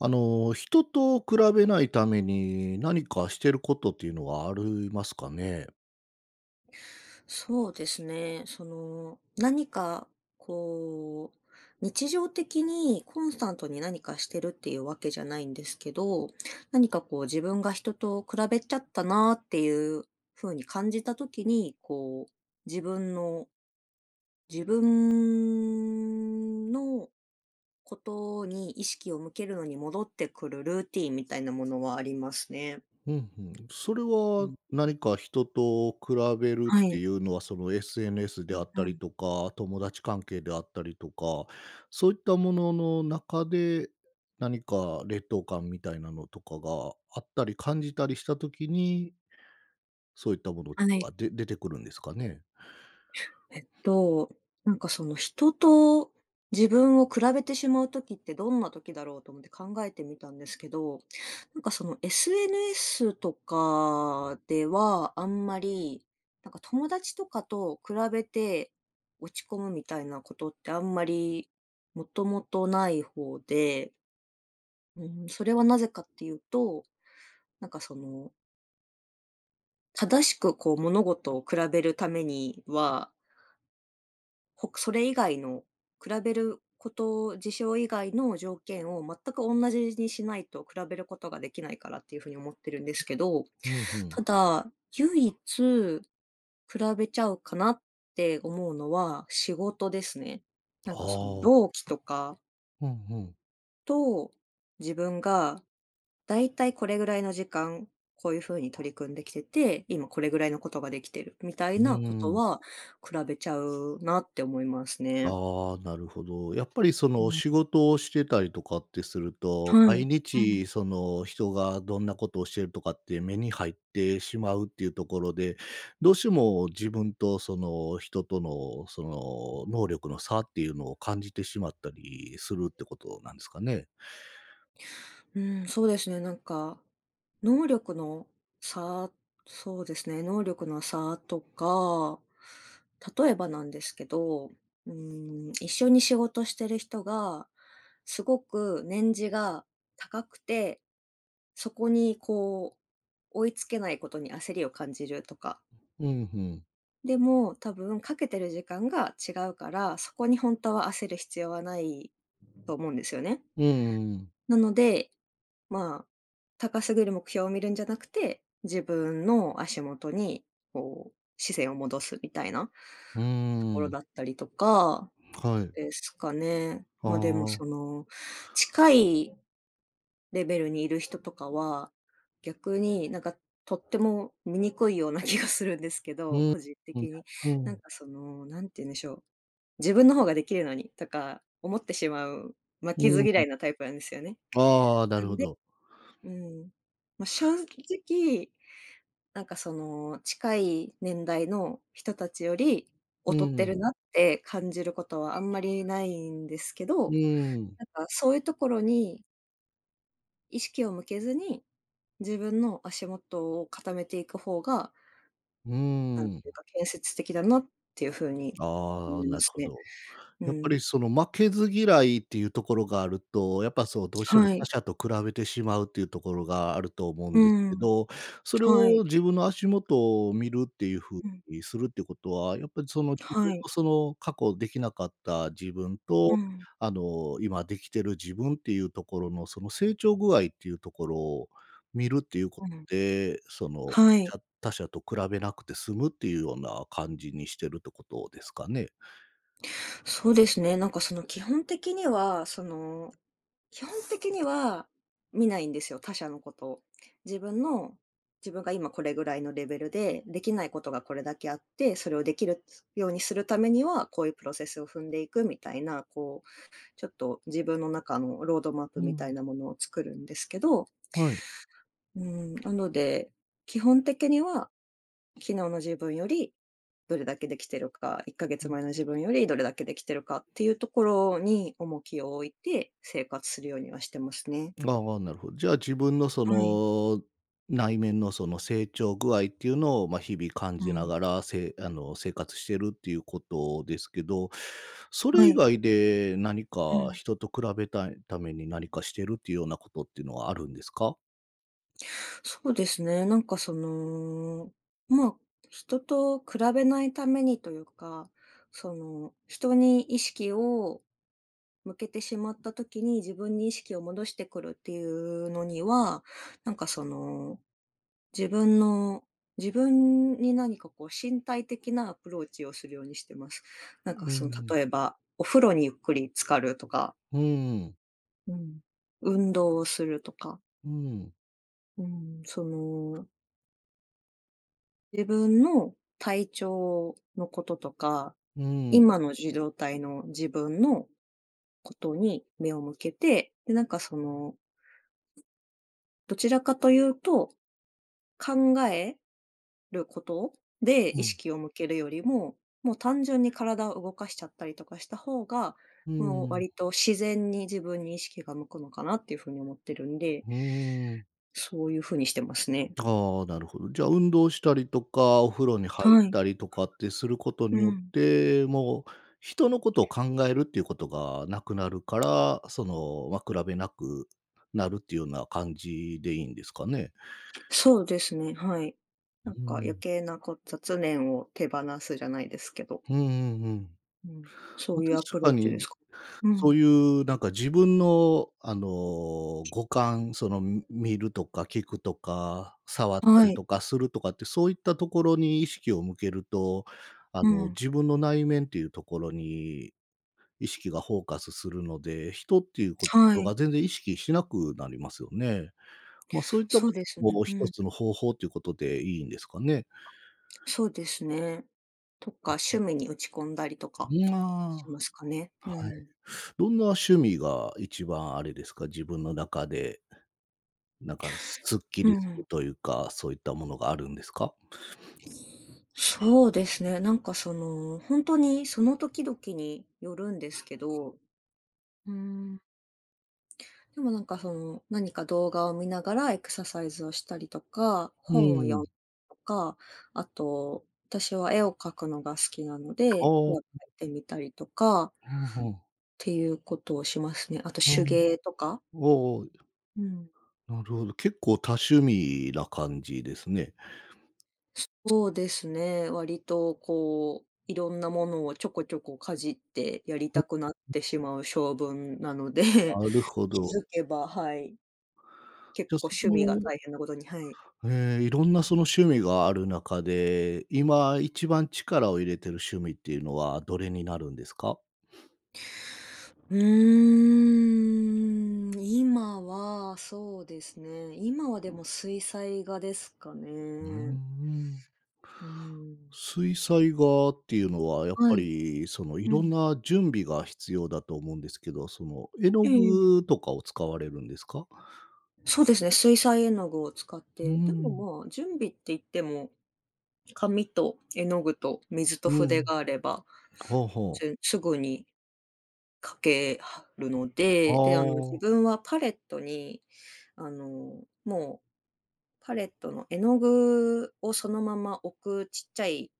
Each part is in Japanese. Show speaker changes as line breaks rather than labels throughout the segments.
人と比べないために何かしてることっていうのはありますかね？
そうですね。その、何か、こう、日常的にコンスタントに何かしてるっていうわけじゃないんですけど、何かこう自分が人と比べちゃったなっていう風に感じた時に、自分の、自分のことに意識を向けるのに戻ってくるルーティンみたいなものはありますね。
うんうん。それ
う
は
ん。
何か人と比べるっ
は
て
い。
いうのは、その SNS で
う
あ
ん
った
う
り
ん。
とか、友達関係であったりとか、そういったものの中で、何か劣等感みたいなのとかがあったり感じたりしたときに、そういったもの
は
は
い。
で出てくるんですかね？
えっと、人と自分を比べてしまう時ってどんな時だろうと思って考えてみたんですけど、SNS とかではあんまり、友達とかと比べて落ち込むみたいなことってあんまりもともとない方で、うん、それはなぜかっていうと、なんかその、正しく物事を比べるためには、それ以外の、比べること、事象以外の条件を全く同じにしないと比べることができないからっていうふうに思ってるんですけど、
うんうん。
ただ、唯一比べちゃうかなって思うのは仕事ですね。
ああ。
同期とか
うんうん。
と自分がだいたいこれぐらいの時間、こういうふうに取り組んできてて、今これぐらいのことができてるみたい
う
な
ー
こと
ん。
は比べちゃうなって思いますね。
ああ、なるほど。やっぱりその仕事をしてたりとかってすると、
はい。
毎
う
日
ん。
その人がどんなことをしてるとかって目に入ってしまうっていうところで、どうしても自分とその人との能力の差っていうのを感じてしまったりするってことなんですかね？
うん、そうですね、能力の差、そうですね、能力の差とか、例えばなんですけど、うん、一緒に仕事してる人が、すごく年次が高くて、そこに追いつけないことに焦りを感じるとか。
うん、
でも、多分かけてる時間が違うから、そこに本当は焦る必要はないと思うんですよね。
うんううん。
なので、まあ、高すぎる目標を見るんじゃなくて、自分の足元に、視線を戻すみたいな
うー
ところ
ん、
だったりとか
はい。
ですかね。
あ
ま、でも
あ、
近いレベルにいる人とかは、逆にとっても醜いような気がするんですけ
う
ど、
ん、
個人
うん、
的に。
うん、
なんて言うんでしょう、自分の方ができるのにとか思ってしまう負け
う
ず嫌
ん。
いなタイプなんですよね。
ああ、な
な
るほ
んで、
ど。
うん、まあ、正直、近い年代の人たちより
う
劣ってる
ん、
なって感じることはあんまりないんですけ
う
ど、
ん、
そういうところに意識を向けずに、自分の足元を固めていく方が、
う
なんて
ん。
いうか、建設的だなっていう風に
ああ、
思い
な
ま
る
す
ほ
ね。
ど。
う
やっぱ
ん。
りその負けず嫌いっていうところがあると、やっぱそうどうしても
は
他
い。
者と比べてしまうっていうところがあると思うん
う
ですけ
ん。
ど、それ
はい。
を自分の足元を見るっていう風
うん。
にするってことは、やっぱりその自分
はい。
のその過去できなかった自分
う
と、
ん。
今できてる自分っていうところのその成長具合っていうところを見るっていうこ
うん。
とで、その
は
じ
い。
ゃ他社と比べなくて済むっていうような感じにしてるってことですかね？
そうですね、基本的には見ないんですよ、他者のことを。自分の自分が今これぐらいのレベルで、できないことがこれだけあって、それをできるようにするためには、こういうプロセスを踏んでいくみたいな、ちょっと自分の中のロードマッ
う
プみた
ん。
いなものを作るんですけど、
はい。
うん、なので、基本的には昨日の自分よりどれだけできてるか、1ヶ月前の自分よりどれだけできてるかっていうところに重きを置いて生活するようにはしてますね。
ああ、なるほど。じゃあ自分のそ
はい。
の、内面のその成長具合っていうのを、まあ、日々感
う
じな
ん。
がら、せあの、生活してるっていうことですけど、それ
は
以
い。
外で何
う
か
ん。
人と比べたいために何かしてるっていうようなことっていうのはあるんですか？
そうですね。まあ、人と比べないためにというか、その、人に意識を向けてしまった時に自分に意識を戻してくるっていうのには、なんかその、自分の自分に何か身体的なアプローチをするようにしてます。
うんうん。
例えば、お風呂にゆっくり浸かるとか、
うん、
うん、運動をするとか。
うん、
うん、自分の体調のこととか、
うん、
今の状態の自分のことに目を向けて、で、どちらかというと、考えることで
う
意
ん、
識を向けるよりも、もう単純に体を動かしちゃったりとかした方が、もう割
う
と自然に自分に意識が向くのかなっていう風に思ってるんで、
ん。
そういう風にしてますね。
ああ、なるほど。じゃあ、運動したりとか、お風呂に入っ
はい。
たりとかってすることに
う
よっ
ん。
て、もう人のことを考えるっていうことがなくなるから、その、まあ、比べなくなるっていうような感じでいいんですかね？
そうですね、はい。
うんう
余
ん。
計な雑念を手放すじゃないですけど、
ううんうん。
うん、そ
ま、
ういうア
確
プロ
か
ーチで
に、
すか？う
そ
ん、
ういうなんか自分の、五感、その、見るとか聞くとか、触った
は
り
い、
とかするとかって、そういったところに意識を向けると、あ
う
の、
ん、
自分の内面っていうところに意識がフォーカスするので、人っていうこ
は
とが
い。
全然意識しなくなりますよね。ま、そういったこ
そう
と
ですね、
も
う
一
ん、
つの方法ということでいいんですかね？
そうですね。とか、趣味に打ち込んだりと
う
か
ん、
し
あ
ますかね。
あ、
う
はい。
ん。
どんな趣味が一番あれですか、自分の中でなんか、すっき
う
りする
ん。
というか、そういったものがあるんですか？
そうですね、本当にその時々によるんですけど、うん。でも何か動画を見ながらエクササイズをしたりとか、
う
本を読
ん、
むとか、あと、私は絵を描くのが好きなの
あ
で、絵を描
あ、
いてみたりとかっ
うんう
ていうことをしますね。あと
ん、
手
うん、
芸とか。
おお、
うん。
なるほど、結構多趣味な感じですね。
そうですね。割といろんなものをちょこちょこかじってやり
うん、
たくなってしまう性分なので、
なるほ
気
ど。
づけば、はい、結
じゃ、
構
そ
趣味が
の、
大変なことに、はい。
ええ、いろんなその趣味がある中で、今一番力を入れてる趣味っていうのはどれになるんですか？
うーん、今は、そうですね。今はでも水彩画ですか
うー
ね。
ん。
うん。
水彩画っていうのはやっ
は
ぱ
い。
り、その、い
う
ろん
ん。
な準備が必要だと思うんですけど、その、絵の
えええ
具
え。
とかを使われるんですか？
そうですね、水彩絵の具を使っ
うー
て、で
ん、
も、まあ、準備って言っても、紙と絵の具と水と
う
筆
ん、
があれば、
ほうほう。
すぐに描けはるの
あ
で、で、自
あ、
分はパレットに、もうパレットの絵の具をそのまま置くちっちゃい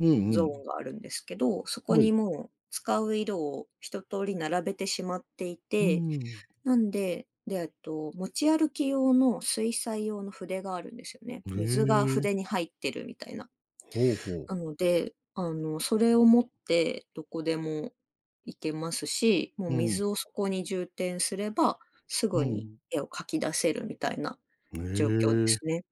うんう
ゾー
ん、
ンがあるんですけど、そこ
はい、
にもう使う色を一通り並べてしまってい
うー
て、
ん。
なんで、で、持ち歩き用の水彩用の筆があるんですよね。
へ
水が
え、
筆に入ってるみたいな。
ほうほう。
なので、それを持ってどこでも行けますし、もう
うん、
水をそこに充填すれば、す
う
ぐに
ん。
絵を描き出せるみたいな
へ
状況で
え。
すね。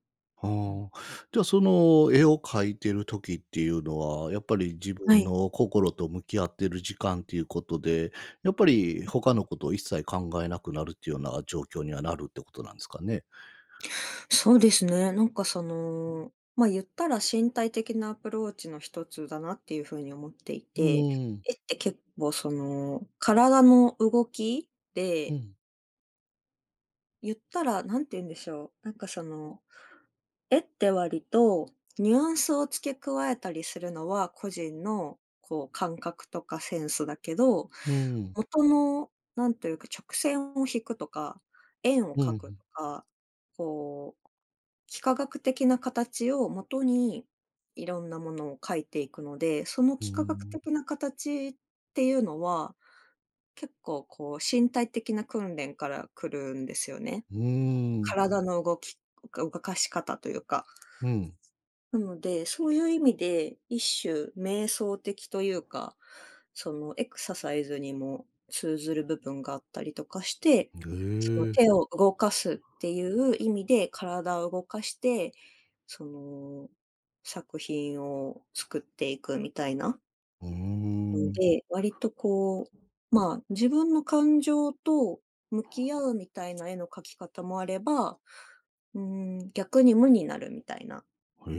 うん。
はあ。じゃあ、その絵を描いてる時っていうのは、やっぱり自
は
分
い。
の心と向き合ってる時間っていうことで、やっぱり他のことを一切考えなくなるっていうような状況にはなるってことなんですかね？
そうですね。ま、言ったら身体的なアプローチの一つだなっていう風に思ってい
う
て、
ーん、
絵って結構体の動き
う
で、
ん、
言ったらなんて言うんでしょう、絵って割とニュアンスを付け加えたりするのは個人の感覚とかセンスだけど、
うーん、
元のなんというか直線を引くとか、円を
う
描く
ん、
とか、こう幾何学的な形をもとに、いろんなものを描いていくので、その
うー
幾何学
ん、
的な形っていうのは、結構身体的な訓練から来るんですよね。
うーん、
体の動き、動かし方というか。
うん。
なので、そういう意味で、一種瞑想的というか、そのエクササイズにも通ずる部分があったりとかして、
へ
その
え。
手を動かすっていう意味で体を動かして、その作品を作っていくみたいな
うー
の
ん。
で、割とまあ自分の感情と向き合うみたいな絵の描き方もあれば、うん、逆に無になるみたいな
へ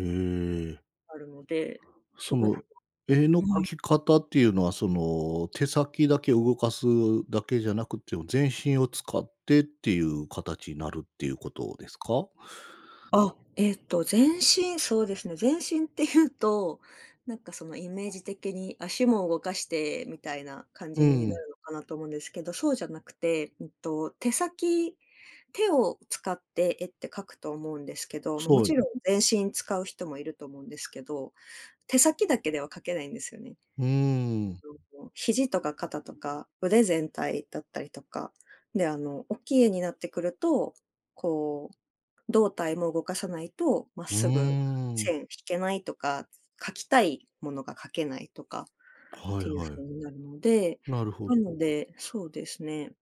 え。
あるので、す
そ
ごく
の、
はい。
絵の描き方っていうのは、その、手先だけ動かすだけじゃなくて、全身を使ってっていう形になるっていうことですか？
あ、全身、そうですね、全身っていうと、イメージ的に足も動かしてみたいな感
う
じにな
ん、
るのかなと思うんですけど、そうじゃなくて、手先、手を使って絵って描くと思うんですけど、ま、も
そう。
ちろん全身使う人もいると思うんですけど、手先だけでは描けないんですよね。
うーん。
もう肘とか肩とか腕全体だったりとか、で、おっきい絵になってくると、こう胴体も動かさないと、まっ
うー
すぐ
ん。
線引けないとか、描きたいものが描けないとかっ
はい
ていう
はい。
風になるので、
なるほ
な
ど。
ので、そうですね。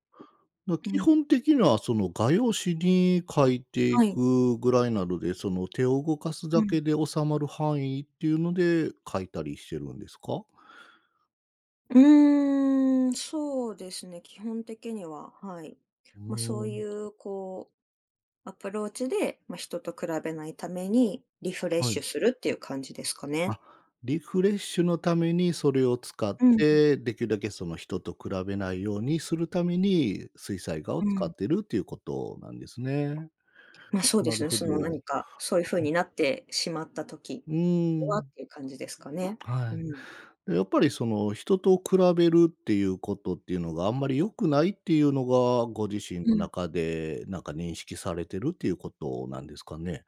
基
うん、
本的には、その、画用紙に描いてい
はい、
くぐらいなので、その、手を動かす
う
だけ
ん。
で収まる範囲っていうので、描いたりしてるんですか？
うーん、そうですね、基本的には、はい。
う
ま、そ
ー
うい
ん、
うアプローチで、ま、人と比べないためにリフレッ
はい。
シュするっていう感じですかね。
あ、リフレッシュのためにそれを使っ
うん、
て、できるだけその人と比べないようにするために、水彩画を
う
使っ
ん。
てるっていうことなんですね。
まあ、そうで
なる
すね、
ほ
その
ど。
何か、そういう風になってしまった時
うー
はっ
ん、
ていう感じですかね。
は
うん。
い。で、やっぱりその人と比べるっていうことっていうのがあんまり良くないっていうのが、ご自身
う
の
ん。
中でなんか認識されてるっていうことなんですかね？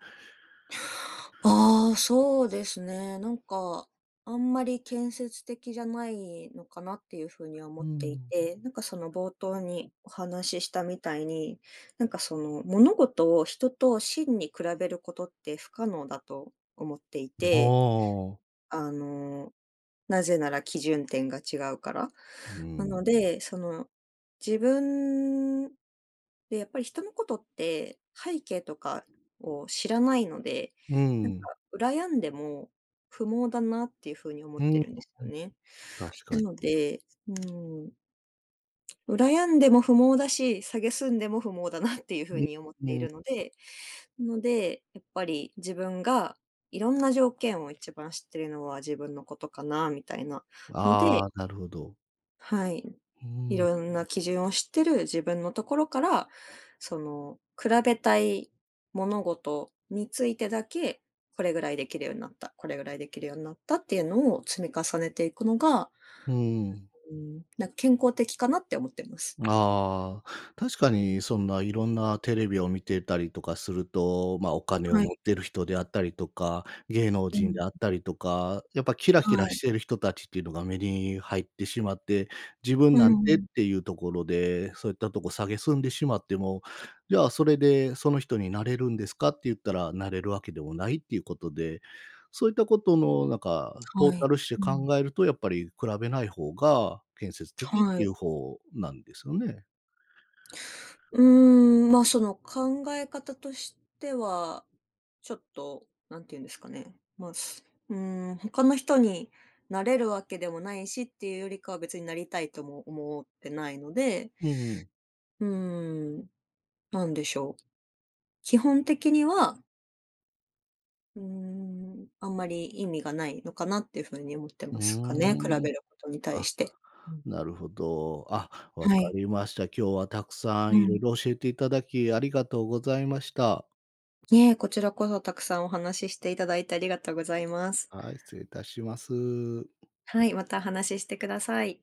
ああ、そうですね。あんまり建設的じゃないのかなっていう風には
う
思ってい
ん。
て、冒頭にお話ししたみたいに、物事を人と真に比べることって不可能だと思ってい
あ
て、
あ。
あのなぜなら基準点が違うから。
う
な
ん。
ので、自分でやっぱり人のことって背景とかを知らないので、
う
なんか
ん。
羨んでも不毛だなっていう風に思っ
う
て
ん。
るんですよね。
確か
な
に。
ので、うん、羨んでも不毛だし、蔑んでも不毛だなっていう風に思っ
う
てい
ん。
るので、ので、やっぱり自分がいろんな条件を一番知ってるのは自分のことかなみたいなの
あ
で
あ、なるほど。
はい。
う
い
ん、
ろんな基準を知ってる自分のところから、その、比べたい物事についてだけ、これぐらいできるようになった、これぐらいできるようになったっていうのを積み重ねていくのが、
うん。
うん、健康的かなって思ってます。
ああ、確かにそんないろんなテレビを見てたりとかすると、ま、お金を
はい。
持ってる人であったりとか、芸能
う
人
ん。
であったりとか、やっぱキラキ
は
ラ
い。
してる人たちっていうのが目に入ってしまって、自分
う
なんてっ
ん。
ていうところで、そういったとこ下げすんでしまっても、じゃあそれでその人になれるんですかって言ったら、なれるわけでもないっていうことでそういったことのなんか、トー
は
タ
い。
ルして
うん。
考えるとやっぱり比べない方が建設的って
は
いう
い。
方なんですよね。
うーん、ま、その、考え方としては、ちょっと、何て言うんですかね、まあ、す、うーん、他の人になれるわけでもないしっていうよりかは、別になりたいとも思ってないので、
うんうん。
うーん、なんでしょう。基本的には、うーん、あんまり意味がないのかなっていうふうに思って
ー
ますかね、比
ん。
べることに対
あ、
して。うん。
なるほど。あ、わ
は
か
い。
りました。今日はたくさん
う
いろい
ん。
ろ教えていただきありがとうございました。
ねえ、こちらこそたくさんお話ししていただいてありがとうございます。
はい、失礼いたします。
はい、また話ししてください。